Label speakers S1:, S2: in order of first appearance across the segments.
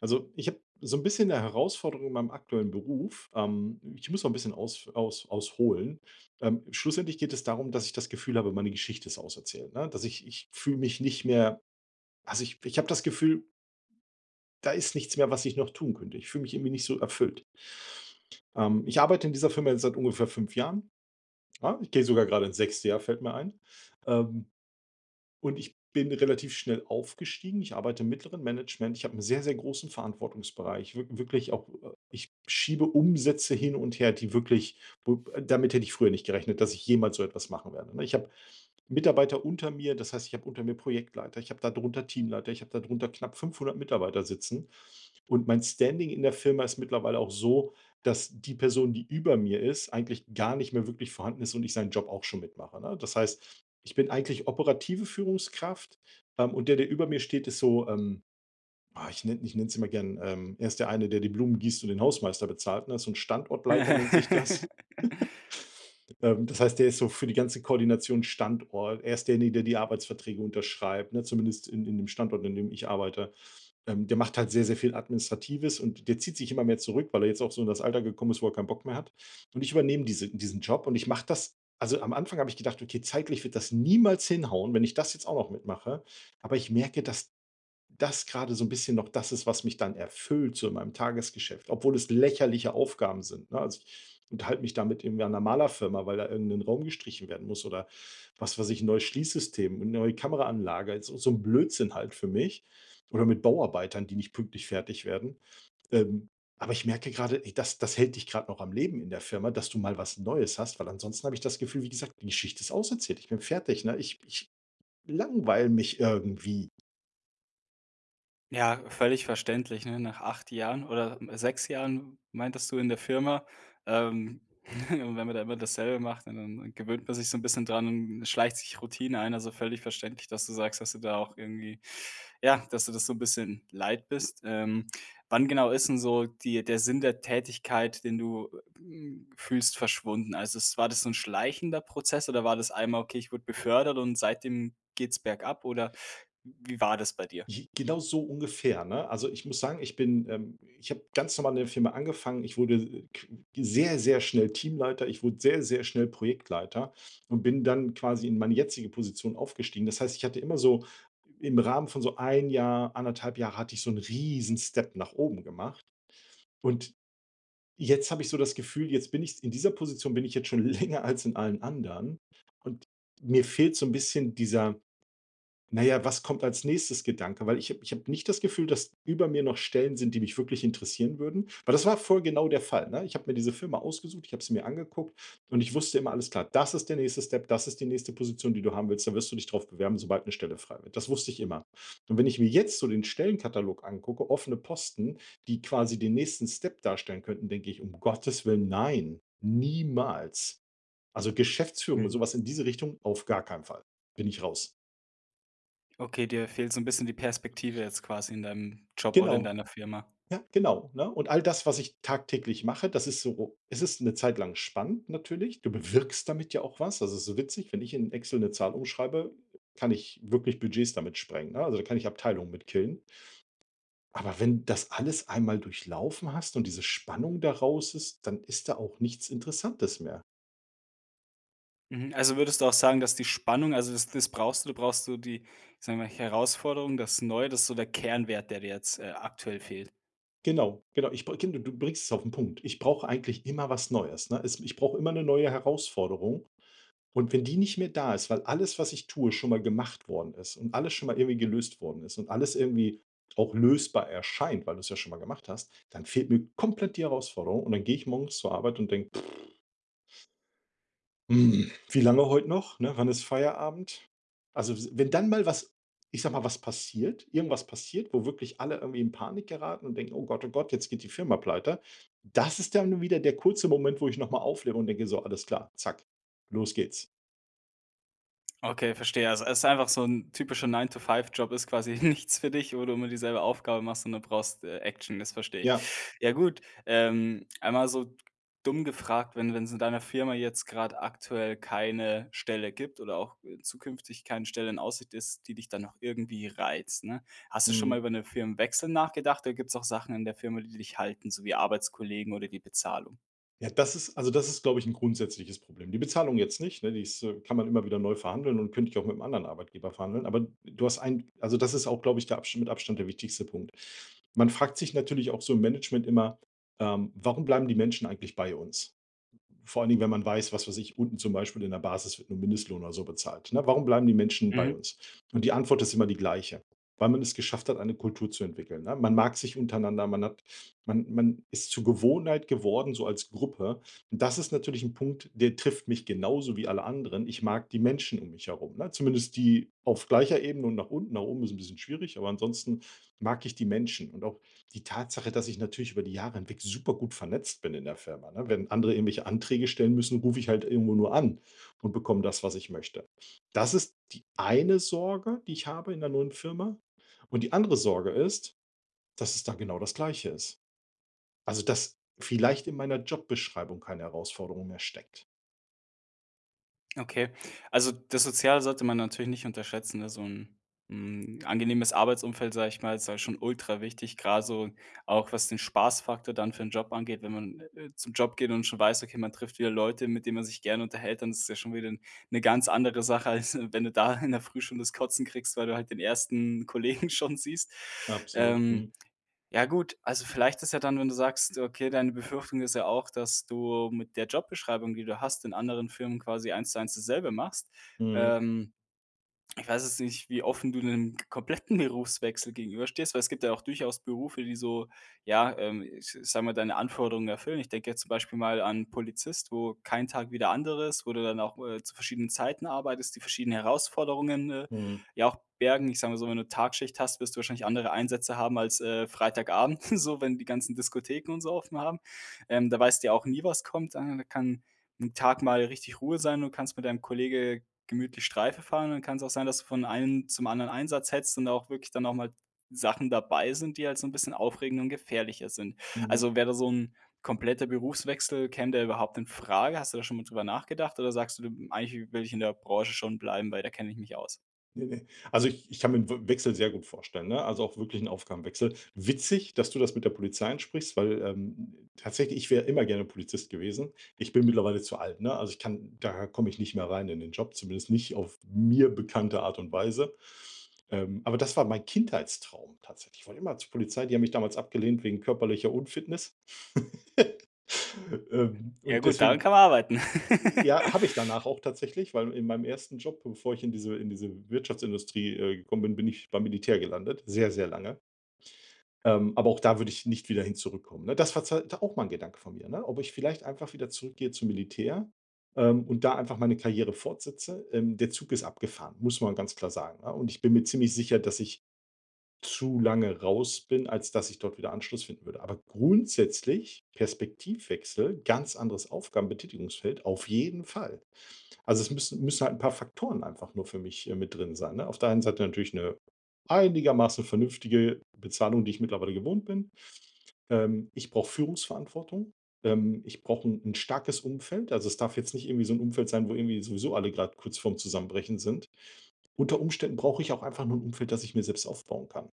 S1: Also, ich habe so ein bisschen 'ne Herausforderung in meinem aktuellen Beruf. Ich muss noch ein bisschen ausholen. Schlussendlich geht es darum, dass ich das Gefühl habe, meine Geschichte ist auserzählt, ne? Dass ich fühle mich nicht mehr, also, ich habe das Gefühl, da ist nichts mehr, was ich noch tun könnte. Ich fühle mich irgendwie nicht so erfüllt. Ich arbeite in dieser Firma jetzt seit ungefähr 5 Jahren. Ja, ich gehe sogar gerade ins sechste Jahr, fällt mir ein. Ähm und ich bin relativ schnell aufgestiegen. Ich arbeite im mittleren Management. Ich habe einen sehr, sehr großen Verantwortungsbereich. Wirklich auch, ich schiebe Umsätze hin und her, die wirklich, wo, damit hätte ich früher nicht gerechnet, dass ich jemals so etwas machen werde, ne? Ich habe Mitarbeiter unter mir, das heißt, ich habe unter mir Projektleiter, ich habe da drunter Teamleiter, ich habe da drunter knapp 500 Mitarbeiter sitzen. Und mein Standing in der Firma ist mittlerweile auch so, dass die Person, die über mir ist, eigentlich gar nicht mehr wirklich vorhanden ist und ich seinen Job auch schon mitmache, ne? Das heißt, ich bin eigentlich operative Führungskraft, und der, der über mir steht, ist so, ich nenne es immer gern, er ist der eine, der die Blumen gießt und den Hausmeister bezahlt, ne? So 'n Standortleiter nennt sich
S2: Ja.
S1: das. Das heißt, der ist so für die ganze Koordination Standort. Er ist derjenige, der die Arbeitsverträge unterschreibt, ne? Zumindest in dem Standort, in dem ich arbeite. Der macht halt sehr, sehr viel Administratives und der zieht sich immer mehr zurück, weil er jetzt auch so in das Alter gekommen ist, wo er keinen Bock mehr hat. Und ich übernehme diesen Job und ich mache das, also, am Anfang habe ich gedacht: „Okay, zeitlich wird das niemals hinhauen, wenn ich das jetzt auch noch mitmache.“ Aber ich merke, das gerade so ein bisschen noch das ist, was mich dann erfüllt, so in meinem Tagesgeschäft, obwohl es lächerliche Aufgaben sind, ne? Also, ich unterhalte mich da mit irgendeiner Malerfirma, weil da irgendein Raum gestrichen werden muss oder was weiß ich, ein neues Schließsystem, eine neue Kameraanlage, ist so 'n Blödsinn halt für mich oder mit Bauarbeitern, die nicht pünktlich fertig werden. Ähm, aber ich merke gerade, ey, das hält dich gerade noch am Leben in der Firma, dass du mal was Neues hast, weil ansonsten habe ich das Gefühl, wie gesagt, die Geschichte ist auserzählt. Ich bin fertig, ne? Ich langweile mich irgendwie.
S2: Ja, völlig verständlich, ne? Nach 8 Jahren oder 6 Jahren meintest du in der Firma, ähm, wenn man da immer dasselbe macht, ne, dann gewöhnt man sich so ein bisschen dran und schleicht sich Routine ein. Also, völlig verständlich, dass du sagst, dass du da auch irgendwie ja, dass du das so ein bisschen leid bist. Wann genau ist denn so die der Sinn der Tätigkeit, den du, fühlst, verschwunden? Also, es war das so ein schleichender Prozess oder war das einmal: „Okay, ich wurde befördert und seitdem geht's bergab“, oder wie war das bei dir?
S1: J Genau so ungefähr, ne? Also, ich muss sagen, ich habe ganz normal in der Firma angefangen. Ich wurde k sehr, sehr schnell Teamleiter. Ich wurde sehr, sehr schnell Projektleiter und bin dann quasi in meine jetzige Position aufgestiegen. Das heißt, ich hatte immer so im Rahmen von so ein Jahr, anderthalb Jahre hatte ich so einen riesen Step nach oben gemacht. Und jetzt habe ich so das Gefühl, jetzt bin ich in dieser Position, bin ich jetzt schon länger als in allen anderen. Und mir fehlt so ein bisschen dieser, na ja, was kommt als nächstes Gedanke? Weil ich habe nicht das Gefühl, dass über mir noch Stellen sind, die mich wirklich interessieren würden, weil das war voll genau der Fall, ne? Ich habe mir diese Firma ausgesucht, ich habe sie mir angeguckt und ich wusste immer, alles klar, das ist der nächste Step, das ist die nächste Position, die du haben willst, da wirst du dich drauf bewerben, sobald eine Stelle frei wird. Das wusste ich immer. Und wenn ich mir jetzt so den Stellenkatalog angucke, offene Posten, die quasi den nächsten Step darstellen könnten, denke ich: „Um Gottes Willen, nein, niemals.“ Also, Geschäftsführung und so
S2: Mhm.
S1: in diese Richtung auf gar keinen Fall. Bin ich raus.
S2: Okay, dir fehlt so ein bisschen die Perspektive jetzt quasi in deinem Job oder in
S1: Genau.
S2: deiner Firma.
S1: Ja, genau, ne? Und all das, was ich tagtäglich mache, das ist so, es ist eine Zeit lang spannend natürlich. Du bewirkst damit ja auch was. Also, es ist so witzig, wenn ich in Excel eine Zahl umschreibe, kann ich wirklich Budgets damit sprengen, ne? Also, da kann ich Abteilungen mit killen. Aber wenn das alles einmal durchlaufen hast und diese Spannung daraus ist, dann ist da auch nichts Interessantes mehr.
S2: Mhm. Also, würdest du auch sagen, dass die Spannung also, das das brauchst du die, ich wir mal, Herausforderung, das Neue, das ist so der Kernwert, der dir jetzt, aktuell fehlt?
S1: Genau, genau. Ich br genau, du bringst es auf den Punkt. Ich brauche eigentlich immer was Neues, ne? Es ich brauche immer eine neue Herausforderung. Und wenn die nicht mehr da ist, weil alles, was ich tue, schon mal gemacht worden ist und alles schon mal irgendwie gelöst worden ist und alles irgendwie auch lösbar erscheint, weil du es ja schon mal gemacht hast, dann fehlt mir komplett die Herausforderung und dann gehe ich morgens zur Arbeit und denke, hm, wie lange heute noch? Ne? Wann ist Feierabend? Also, wenn dann mal was, ich sag mal, was passiert, irgendwas passiert, wo wirklich alle irgendwie in Panik geraten und denken, oh Gott, jetzt geht die Firma pleite, das ist dann wieder der kurze Moment, wo ich nochmal auflebe und denke, so, alles klar, zack, los geht's.
S2: Okay, verstehe. Also, es ist einfach so ein typischer 9 to five Job, ist quasi nichts für dich, wo du immer dieselbe Aufgabe machst und du brauchst, Action, das verstehe ich.
S1: Ja.
S2: Ja gut, einmal so dumm gefragt, wenn es in deiner Firma jetzt gerade aktuell keine Stelle gibt oder auch, zukünftig keine Stelle in Aussicht ist, die dich dann noch irgendwie reizt, ne? Hast du schon mal
S1: Mhm.
S2: über 'nen Firmenwechsel nachgedacht oder gibt es auch Sachen in der Firma, die dich halten, so wie Arbeitskollegen oder die Bezahlung?
S1: Ja, das ist, also, das ist, glaube ich, ein grundsätzliches Problem. Die Bezahlung jetzt nicht, ne, die ist, kann man immer wieder neu verhandeln und könnte ich auch mit einem anderen Arbeitgeber verhandeln. Aber du hast ein, also, das ist auch, glaube ich, der Abs mit Abstand der wichtigste Punkt. Man fragt sich natürlich auch so im Management immer, „Warum bleiben die Menschen eigentlich bei uns?“ Vor allen Dingen, wenn man weiß, was weiß ich, unten zum Beispiel in der Basis wird nur Mindestlohn oder so bezahlt. Ne? Warum bleiben die Menschen bei
S2: Mhm.
S1: uns? Und die Antwort ist immer die gleiche. Weil man es geschafft hat, eine Kultur zu entwickeln. Ne? Man mag sich untereinander, man ist zur Gewohnheit geworden, so als Gruppe. Und das ist natürlich ein Punkt, der trifft mich genauso wie alle anderen. Ich mag die Menschen um mich herum. Ne? Zumindest die auf gleicher Ebene und nach unten. Nach oben ist ein bisschen schwierig, aber ansonsten mag ich die Menschen. Und auch die Tatsache, dass ich natürlich über die Jahre hinweg super gut vernetzt bin in der Firma, ne? Wenn andere irgendwelche Anträge stellen müssen, rufe ich halt irgendwo nur an und bekomme das, was ich möchte. Das ist die eine Sorge, die ich habe in der neuen Firma. Und die andere Sorge ist, dass es da genau das Gleiche ist. Also, dass vielleicht in meiner Jobbeschreibung keine Herausforderung mehr steckt.
S2: Okay. Also, das Soziale sollte man natürlich nicht unterschätzen, ne? So 'n, angenehmes Arbeitsumfeld, sage ich mal, ist ja schon ultra wichtig, gerade so auch was den Spaßfaktor dann für 'n Job angeht. Wenn man, zum Job geht und schon weiß, okay, man trifft wieder Leute, mit denen man sich gerne unterhält, dann ist es ja schon wieder eine ganz andere Sache, als wenn du da in der Früh schon das Kotzen kriegst, weil du halt den ersten Kollegen schon siehst.
S1: Absolut.
S2: Ähm.
S1: Mhm.
S2: Ja gut, also vielleicht ist ja dann, wenn du sagst, okay, deine Befürchtung ist ja auch, dass du mit der Jobbeschreibung, die du hast, in anderen Firmen quasi eins zu eins dasselbe machst.
S1: Mhm.
S2: Ähm Ich weiß jetzt nicht, wie offen du einem kompletten Berufswechsel gegenüberstehst, weil es gibt ja auch durchaus Berufe, die so, ja, ich sage mal, deine Anforderungen erfüllen. Ich denke jetzt zum Beispiel mal an Polizist, wo kein Tag wie der andere ist, wo du dann auch, zu verschiedenen Zeiten arbeitest, die verschiedenen Herausforderungen,
S1: Mhm.
S2: ja auch bergen. Ich sage mal so, wenn du Tagschicht hast, wirst du wahrscheinlich andere Einsätze haben als, Freitagabend, so, wenn die ganzen Diskotheken und so offen haben. Da weißt du ja auch nie, was kommt. Da kann ein Tag mal richtig Ruhe sein und kannst mit deinem Kollege gemütlich Streife fahren, dann kann es auch sein, dass du von einem zum anderen Einsatz hetzt und auch wirklich dann auch mal Sachen dabei sind, die halt so ein bisschen aufregender und gefährlicher sind.
S1: Mhm.
S2: Also, wäre da so ein kompletter Berufswechsel, käme der überhaupt in Frage? Hast du da schon mal drüber nachgedacht oder sagst „Du, eigentlich will ich in der Branche schon bleiben, weil da kenne ich mich aus?“
S1: Ne, ne. Also, ich kann mir 'n W Wechsel sehr gut vorstellen, ne? Also, auch wirklich einen Aufgabenwechsel. Witzig, dass du das mit der Polizei ansprichst, weil, tatsächlich, ich wäre immer gerne Polizist gewesen. Ich bin mittlerweile zu alt, ne? Also, ich kann, da komme ich nicht mehr rein in den Job, zumindest nicht auf mir bekannte Art und Weise. Aber das war mein Kindheitstraum tatsächlich. Ich wollte immer zur Polizei, die haben mich damals abgelehnt wegen körperlicher Unfitness.
S2: Ja
S1: Und
S2: gut, daran
S1: deswegen,
S2: kann man arbeiten.
S1: ja, habe ich danach auch tatsächlich, weil in meinem ersten Job, bevor ich in diese Wirtschaftsindustrie, gekommen bin, bin ich beim Militär gelandet, sehr, sehr lange. Aber auch da würde ich nicht wieder hin zurückkommen, ne? Das war zwar auch mal ein Gedanke von mir, ne, ob ich vielleicht einfach wieder zurückgehe zum Militär, und da einfach meine Karriere fortsetze. Der Zug ist abgefahren, muss man ganz klar sagen, ne? Und ich bin mir ziemlich sicher, dass ich zu lange raus bin, als dass ich dort wieder Anschluss finden würde. Aber grundsätzlich Perspektivwechsel, ganz anderes Aufgabenbetätigungsfeld, auf jeden Fall. Also es müssen halt ein paar Faktoren einfach nur für mich mit drin sein. Ne? Auf der einen Seite natürlich eine einigermaßen vernünftige Bezahlung, die ich mittlerweile gewohnt bin. Ich brauche Führungsverantwortung. Ich brauche ein starkes Umfeld. Also es darf jetzt nicht irgendwie so ein Umfeld sein, wo irgendwie sowieso alle gerade kurz vorm Zusammenbrechen sind. Unter Umständen brauche ich auch einfach nur ein Umfeld, das ich mir selbst aufbauen kann.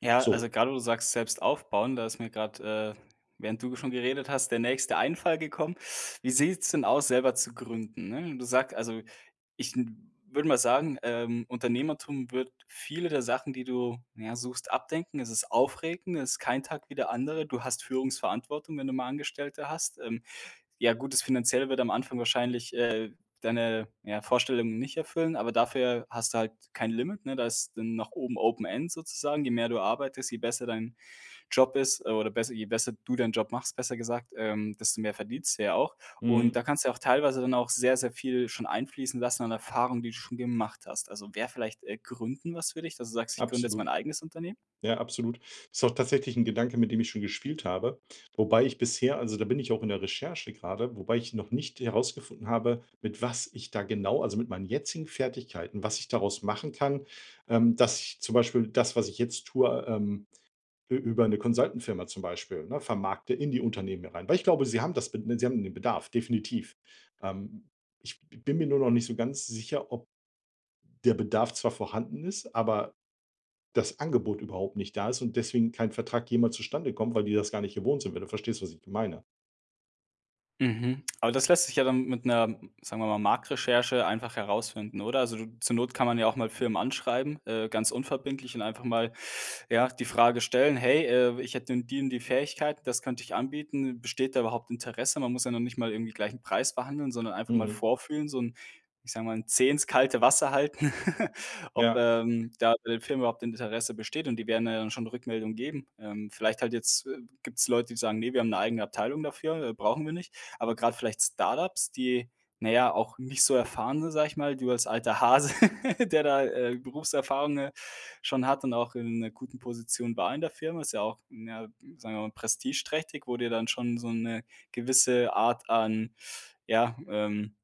S2: Ja,
S1: So.
S2: also gerade wo du sagst, selbst aufbauen, da ist mir gerade während du schon geredet hast, der nächste Einfall gekommen. Wie sieht's denn aus, selber zu gründen, ne? Du sagst also, ich n würde mal sagen, Unternehmertum wird viele der Sachen, die du, ja, suchst, abdenken. Es ist aufregend, es ist kein Tag wie der andere. Du hast Führungsverantwortung, wenn du mal Angestellte hast. Ja gut, das Finanzielle wird am Anfang wahrscheinlich, deine, ja, Vorstellungen nicht erfüllen, aber dafür hast du halt kein Limit, ne? Da ist dann nach oben Open End sozusagen. Je mehr du arbeitest, je besser dein Job ist, oder besser je besser du deinen Job machst, besser gesagt, desto mehr verdienst du ja auch. Und
S1: Mhm.
S2: da kannst du ja auch teilweise dann auch sehr, sehr viel schon einfließen lassen an Erfahrungen, die du schon gemacht hast. Also, wäre vielleicht, Gründen was für dich, dass du sagst: „Ich gründe jetzt mein
S1: Absolut.
S2: eigenes Unternehmen?“
S1: Ja, absolut. Ist auch tatsächlich ein Gedanke, mit dem ich schon gespielt habe, wobei ich bisher, also, da bin ich auch in der Recherche gerade, wobei ich noch nicht herausgefunden habe, mit was ich da genau, also, mit meinen jetzigen Fertigkeiten, was ich daraus machen kann, dass ich zum Beispiel das, was ich jetzt tue, ü über eine Consultant-Firma zum Beispiel, ne, vermarkte in die Unternehmen rein. Weil ich glaube, sie haben den Bedarf, definitiv. Ähm, ich bin mir nur noch nicht so ganz sicher, ob der Bedarf zwar vorhanden ist, aber das Angebot überhaupt nicht da ist und deswegen kein Vertrag jemals zustande kommt, weil die das gar nicht gewohnt sind, wenn du verstehst, was ich meine.
S2: Mhm. Aber das lässt sich ja dann mit einer, sagen wir mal, Marktrecherche einfach herausfinden, oder? Also, du zur Not kann man ja auch mal Firmen anschreiben, ganz unverbindlich und einfach mal, ja, die Frage stellen: „Hey, ich hätte die und die Fähigkeiten, das könnte ich anbieten. Besteht da überhaupt Interesse?“ Man muss ja noch nicht mal irgendwie gleich 'n Preis verhandeln, sondern einfach mal
S1: Mhm.
S2: vorfühlen, so ein, ich sage mal, 'n Zeh ins kalte Wasser halten, ob,
S1: Ja.
S2: da bei den Firmen überhaupt Interesse besteht und die werden ja dann schon Rückmeldung geben. Vielleicht halt jetzt, gibt es Leute, die sagen: „Ne, wir haben eine eigene Abteilung dafür, brauchen wir nicht.“ Aber gerade vielleicht Startups, die, naja auch nicht so erfahren sind, sag ich mal, du als alter Hase, der da, Berufserfahrung, schon hat und auch in einer guten Position war in der Firma, ist ja auch, ja, sagen wir mal, prestigeträchtig, wo dir dann schon so eine gewisse Art an, ja,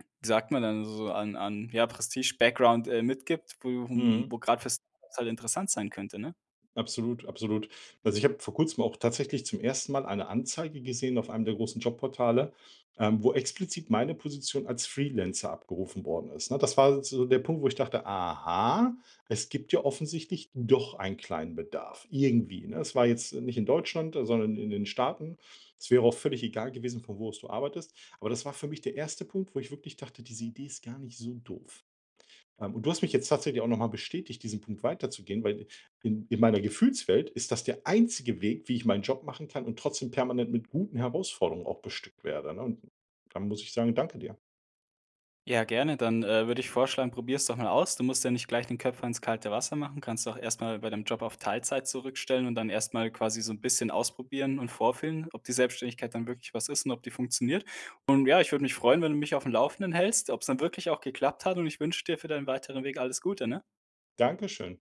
S2: wie sagt man dann, so an ja, Prestige-Background, mitgibt, wo
S1: Mhm.
S2: wo grad für Startups halt interessant sein könnte, ne?
S1: Absolut, absolut. Also, ich habe vor Kurzem auch tatsächlich zum ersten Mal eine Anzeige gesehen auf einem der großen Jobportale, wo explizit meine Position als Freelancer abgerufen worden ist, ne? Das war so der Punkt, wo ich dachte: „Aha, es gibt ja offensichtlich doch einen kleinen Bedarf irgendwie“, ne? Es war jetzt nicht in Deutschland, sondern in den Staaten. Es wäre auch völlig egal gewesen, von wo aus du arbeitest. Aber das war für mich der erste Punkt, wo ich wirklich dachte: „Diese Idee ist gar nicht so doof.“ und du hast mich jetzt tatsächlich auch noch mal bestätigt, diesen Punkt weiterzugehen, weil in meiner Gefühlswelt ist das der einzige Weg, wie ich meinen Job machen kann und trotzdem permanent mit guten Herausforderungen auch bestückt werde. Ne? Und dann muss ich sagen, danke dir.
S2: Ja, gerne. Dann, würde ich vorschlagen, probier's doch mal aus. Du musst ja nicht gleich den Köpfer ins kalte Wasser machen. Kannst auch erst mal bei deinem Job auf Teilzeit zurückstellen und dann erst mal quasi so ein bisschen ausprobieren und vorfühlen, ob die Selbstständigkeit dann wirklich was ist und ob die funktioniert. Und ja, ich würde mich freuen, wenn du mich auf dem Laufenden hältst, ob's dann wirklich auch geklappt hat und ich wünsche dir für deinen weiteren Weg alles Gute, ne?
S1: Dankeschön.